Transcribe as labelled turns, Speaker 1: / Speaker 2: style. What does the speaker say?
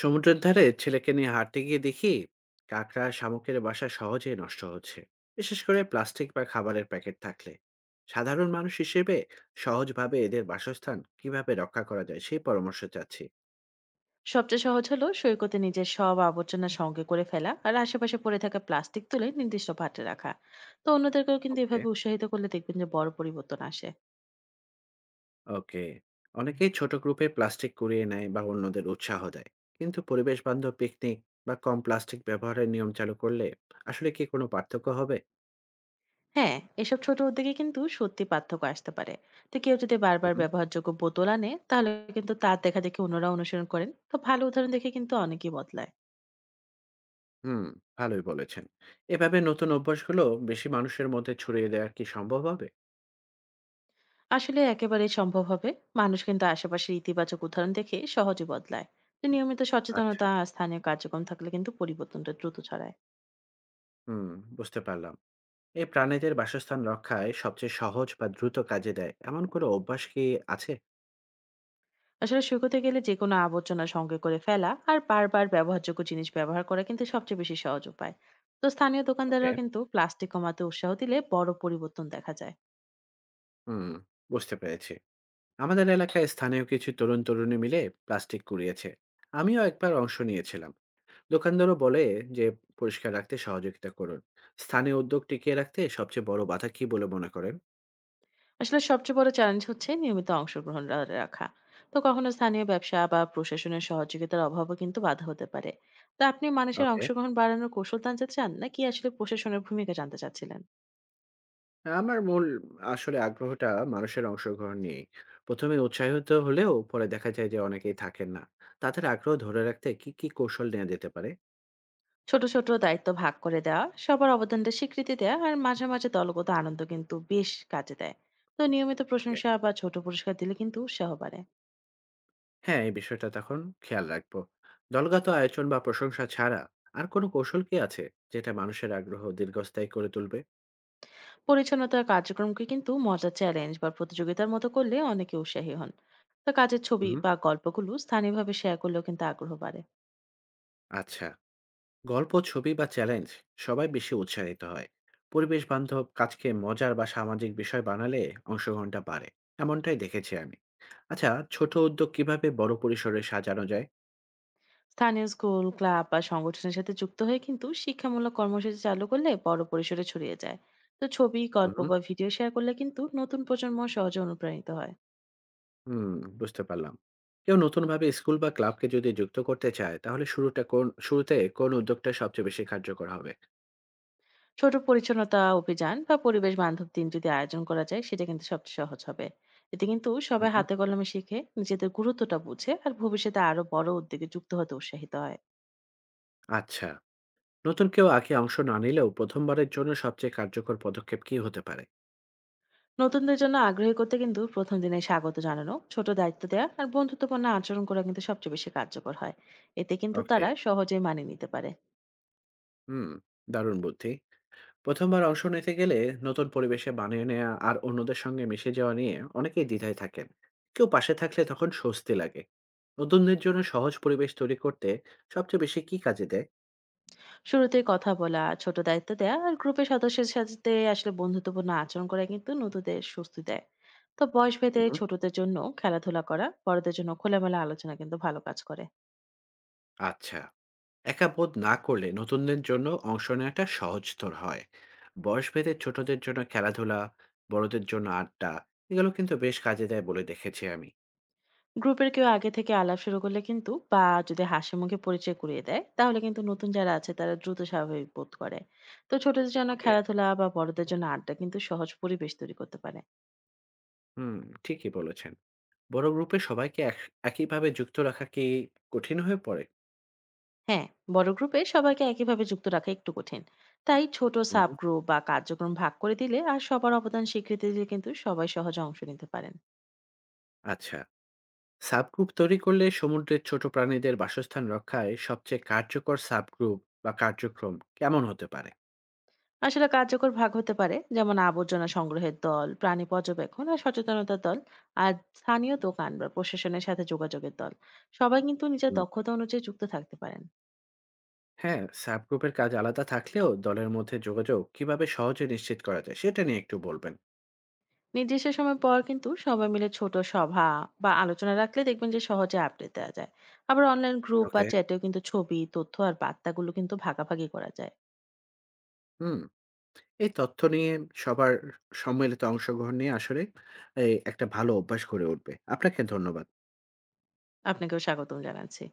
Speaker 1: সমুদ্রের ধারে ছেলেকে নিয়ে হাঁটতে গিয়ে দেখি কাঁকড়া শামুকের বাসা সহজেই নষ্ট হচ্ছে, বিশেষ করে প্লাস্টিক বা খাবারের প্যাকেট থাকলে। সাধারণ মানুষ হিসেবে সহজভাবে এদের বাসস্থান কিভাবে রক্ষা করা যায়, সেই পরামর্শ চাচ্ছি।
Speaker 2: সবচেয়ে সহজ হলো সৈকতে নিজের সব আবর্জনা সঙ্গে করে ফেলা আর আশেপাশে পড়ে থাকা প্লাস্টিক তুলে নির্দিষ্ট পাত্রে রাখা। তো অন্যদেরকেও কিন্তু
Speaker 1: ওকে,
Speaker 2: এভাবে উৎসাহিত করলে দেখবেন যে বড় পরিবর্তন আসে।
Speaker 1: ওকে। অনেকেই ছোট গ্রুপে প্লাস্টিক কুড়িয়ে নেয় বা অন্যদের উৎসাহ দেয়, কিন্তু পরিবেশ বান্ধব পিকনিক বা কম প্লাস্টিক ব্যবহারের নিয়ম চালু করলে আসলে কি কোনো পার্থক্য হবে?
Speaker 2: হ্যাঁ, এসব ছোট উদ্যোগে কিন্তু সত্যি পার্থক্য আসতে পারে। তো কেউ যদি বারবার ব্যবহারযোগ্য বোতল আনে তাহলে কিন্তু তার দেখা দেখে অন্যরা অনুসরণ করেন। তো ভালো উদাহরণ দেখে কিন্তু অনেকেই বদলায়।
Speaker 1: হুম, ভালোই বলেছেন। এভাবে নতুন অভ্যাসগুলো বেশি মানুষের মধ্যে ছড়িয়ে দেওয়া কি সম্ভব হবে?
Speaker 2: আসলে একেবারেই সম্ভব হবে। মানুষ কিন্তু আশেপাশের ইতিবাচক উদাহরণ দেখে সহজে বদলায়। তো নিয়মিত সচেতনতা
Speaker 1: আচ্ছা,
Speaker 2: আর স্থানীয় কার্যক্রম থাকলে কিন্তু পরিবর্তনটা দ্রুত ছড়ায়।
Speaker 1: হুম, বুঝতে পারলাম। এই প্রাণীদের বাসস্থান রক্ষায় সবচেয়ে সহজ বা দ্রুত কাজে দেয় এমন কোনো অভ্যাস কি আছে?
Speaker 2: আসলে শুকোতে গেলে যে কোনো আবর্জনা সঙ্গে করে ফেলা আর বারবার ব্যবহারযোগ্য জিনিস ব্যবহার করা কিন্তু সবচেয়ে বেশি সহজ উপায়। তো স্থানীয়
Speaker 1: ওকে,
Speaker 2: দোকানদাররাও কিন্তু প্লাস্টিক কমাতে উৎসাহ দিলে বড় পরিবর্তন দেখা যায়।
Speaker 1: হুম, বুঝতে পেরেছি। আমাদের এলাকায় স্থানীয় কিছু তরুণ তরুণী মিলে প্লাস্টিক কুড়িয়েছে। আমিও একবার অংশ নিয়েছিলাম। দোকানদারও বলে যে পরিষ্কার রাখতে সহযোগিতা করুন। স্থানীয় উদ্যোগ টিকিয়ে রাখতে সবচেয়ে বড় বাধা কি বলে মনে করেন?
Speaker 2: আসলে সবচেয়ে বড় চ্যালেঞ্জ হচ্ছে নিয়মিত অংশগ্রহণ রাখা। তো কখনো স্থানীয় ব্যবসা বা প্রশাসনের সহযোগিতার অভাবও কিন্তু বাধা হতে পারে। তো আপনি মানুষের
Speaker 1: ওকে।
Speaker 2: অংশগ্রহণ বাড়ানোর কৌশল জানতে চান, নাকি আসলে প্রশাসনের ভূমিকা জানতে চাচ্ছিলেন?
Speaker 1: আমার মূল আসলে আগ্রহটা মানুষের অংশগ্রহণ নিয়েই। ১ম এ উৎসাহিত হলেও পরে দেখা যায় যে অনেকেই থাকেন না। তাদের আগ্রহ ধরে রাখতে কি, কি কৌশল নেওয়া যেতে পারে?
Speaker 2: ছোট ছোট দায়িত্ব ভাগ করে দেওয়া, সবার অবদানটা স্বীকৃতি দেওয়া আর মাঝে মাঝে দলগত আনন্দ কিন্তু বেশ কাজে দেয়। তো নিয়মিত
Speaker 1: ওকে।
Speaker 2: প্রশংসা বা ছোট পুরস্কার দিলে কিন্তু উৎসাহ বাড়ে।
Speaker 1: হ্যাঁ, এই বিষয়টা তখন খেয়াল রাখবো। দলগত আয়োজন বা প্রশংসা ছাড়া আর কোনো কৌশল কি আছে যেটা মানুষের আগ্রহ দীর্ঘস্থায়ী করে তুলবে?
Speaker 2: পরিচ্ছন্নতার কার্যক্রমকে কিন্তু মজার চ্যালেঞ্জ বা প্রতিযোগিতার মতো করলে অনেকে উৎসাহী হন। তো কাজের ছবি
Speaker 1: হুম।
Speaker 2: বা গল্পগুলো স্থানীয়ভাবে শেয়ার করলেও কিন্তু আগ্রহ বাড়ে।
Speaker 1: আচ্ছা। গল্প, ছবি বা চ্যালেঞ্জ, সবাই বেশি উৎসাহিত হয়। পরিবেশ বান্ধব কাজকে মজার বা সামাজিক বিষয় বানালে অংশগ্রহণটা বাড়ে, এমনটাই দেখেছি আমি। আচ্ছা, ছোট উদ্যোগ কিভাবে বড় পরিসরে সাজানো যায়?
Speaker 2: স্থানীয় স্কুল, ক্লাব বা সংগঠনের সাথে যুক্ত হয়ে কিন্তু শিক্ষামূলক কর্মসূচি চালু করলে বড় পরিসরে ছড়িয়ে যায়। তো ছবি, গল্প
Speaker 1: হুম,
Speaker 2: বা ভিডিও শেয়ার করলে কিন্তু নতুন প্রজন্ম সহজে অনুপ্রাণিত হয়।
Speaker 1: হুম, বুঝতে পারলাম। কেউ নতুনভাবে স্কুল বা ক্লাবকে যদি যুক্ত করতে চায়, তাহলে শুরুটা কোন, শুরুতে কোন উদ্যোগটা সবচেয়ে বেশি কার্যকর হবে?
Speaker 2: ছোট পরিচ্ছন্নতা অভিযান বা পরিবেশ বান্ধব দিন যদি আয়োজন করা যায়, সেটা কিন্তু সবচেয়ে সহজ হবে। এতে কিন্তু সবাই
Speaker 1: হুম,
Speaker 2: হাতে কলমে শিখে নিজেদের গুরুত্বটা বুঝে আর ভবিষ্যতে আরো বড় উদ্যোগে যুক্ত হতে উৎসাহিত হয়।
Speaker 1: আচ্ছা। নতুন কেউ আগে অংশ না নিলেও প্রথমবারের জন্য সবচেয়ে কার্যকর পদক্ষেপ কি হতে পারে?
Speaker 2: নতুনদের জন্য আগ্রহী করতে কিন্তু প্রথম দিনে স্বাগত জানানো, ছোট দায়িত্ব দেওয়া আর বন্ধুত্বপূর্ণ আচরণ করা কিন্তু সবচেয়ে বেশি কার্যকর হয়। এতে কিন্তু
Speaker 1: ওকে,
Speaker 2: তারা সহজেই মানিয়ে নিতে পারে।
Speaker 1: হুম, দারুণ বুদ্ধি। প্রথমবার অংশ নিতে গেলে নতুন পরিবেশে মানিয়ে নেওয়া আর অন্যদের সঙ্গে মিশে যাওয়া নিয়ে অনেকেই দ্বিধায় থাকেন। কেউ পাশে থাকলে তখন স্বস্তি লাগে। নতুনদের জন্য সহজ পরিবেশ তৈরি করতে সবচেয়ে বেশি কি কাজে দেয়?
Speaker 2: শুরুতে কথা বলা, ছোট দায়িত্ব দেয়া আর গ্রুপের সদস্যের সাথে আসলে বন্ধুত্বপূর্ণ আচরণ করা কিন্তু নতুনদের স্বস্তি দেয়। তো বয়স ভেদে
Speaker 1: হুম,
Speaker 2: ছোটদের জন্য খেলাধুলা করা, বড়দের জন্য খোলামেলা আলোচনা কিন্তু ভালো কাজ করে।
Speaker 1: আচ্ছা। একা বোধ না করলে নতুনদের জন্য অংশ নেওয়াটা সহজতর হয়। বয়সভেদে ছোটদের জন্য খেলাধুলা, বড়দের জন্য আড্ডা, এগুলো কিন্তু বেশ কাজে দেয় বলে দেখেছি আমি।
Speaker 2: গ্রুপের কেউ আগে থেকে আলাপ শুরু করলে কিন্তু বা যদি হাসি মুখে পরিচয় করিয়ে দেয়, তাহলে কিন্তু নতুন যারা আছে তারা দ্রুত স্বাভাবিক বোধ করে। তো ছোটদের জন্য
Speaker 1: ওকে,
Speaker 2: খেলাধুলা বা বড়দের জন্য আড্ডা কিন্তু সহজ পরিবেশ তৈরি করতে পারে।
Speaker 1: হুম, ঠিকই বলেছেন। বড় গ্রুপে সবাইকে একইভাবে যুক্ত রাখা কি কঠিন হয়ে পড়ে?
Speaker 2: হ্যাঁ, বড় গ্রুপে সবাইকে একইভাবে যুক্ত রাখা একটু কঠিন। তাই ছোট সাব
Speaker 1: হুম,
Speaker 2: গ্রুপ বা কার্যক্রম ভাগ করে দিলে আর সবার অবদান স্বীকৃতি দিলে কিন্তু সবাই সহজে অংশ নিতে পারেন।
Speaker 1: আচ্ছা। সাবগ্রুপ তৈরি করলে সমুদ্রের ছোট প্রাণীদের বাসস্থান রক্ষায় সবচেয়ে কার্যকর সাবগ্রুপ বা কার্যক্রম কেমন হতে পারে?
Speaker 2: আসলে কার্যকর ভাগ হতে পারে, যেমন আবর্জনা সংগ্রহের দল, প্রাণী পর্যবেক্ষণ আর সচেতনতার দল, আর স্থানীয় দোকান বা প্রশাসনের সাথে যোগাযোগের দল। সবাই কিন্তু নিজের
Speaker 1: হুম,
Speaker 2: দক্ষতা অনুযায়ী যুক্ত থাকতে পারেন।
Speaker 1: হ্যাঁ, সাবগ্রুপের কাজ আলাদা থাকলেও দলের মধ্যে যোগাযোগ কিভাবে সহজে নিশ্চিত করা যায় সেটা নিয়ে একটু বলবেন?
Speaker 2: নির্দিষ্ট সময় পর কিন্তু সবাই মিলে ছোট সভা বা আলোচনা রাখলে দেখবেন যে সহজে আপডেট দেওয়া যায়। আবার অনলাইন গ্রুপ বা
Speaker 1: ওকে,
Speaker 2: চ্যাটেও কিন্তু ছবি, তথ্য আর বার্তাগুলো কিন্তু ভাগাভাগি করা যায়।
Speaker 1: হুম। এই তথ্য নিয়ে, সবার সম্মিলিত অংশগ্রহণ নিয়ে আসলে এই একটা ভালো অভ্যাস গড়ে উঠবে। আপনাকে ধন্যবাদ।
Speaker 2: আপনাকেও স্বাগতম জানাচ্ছি।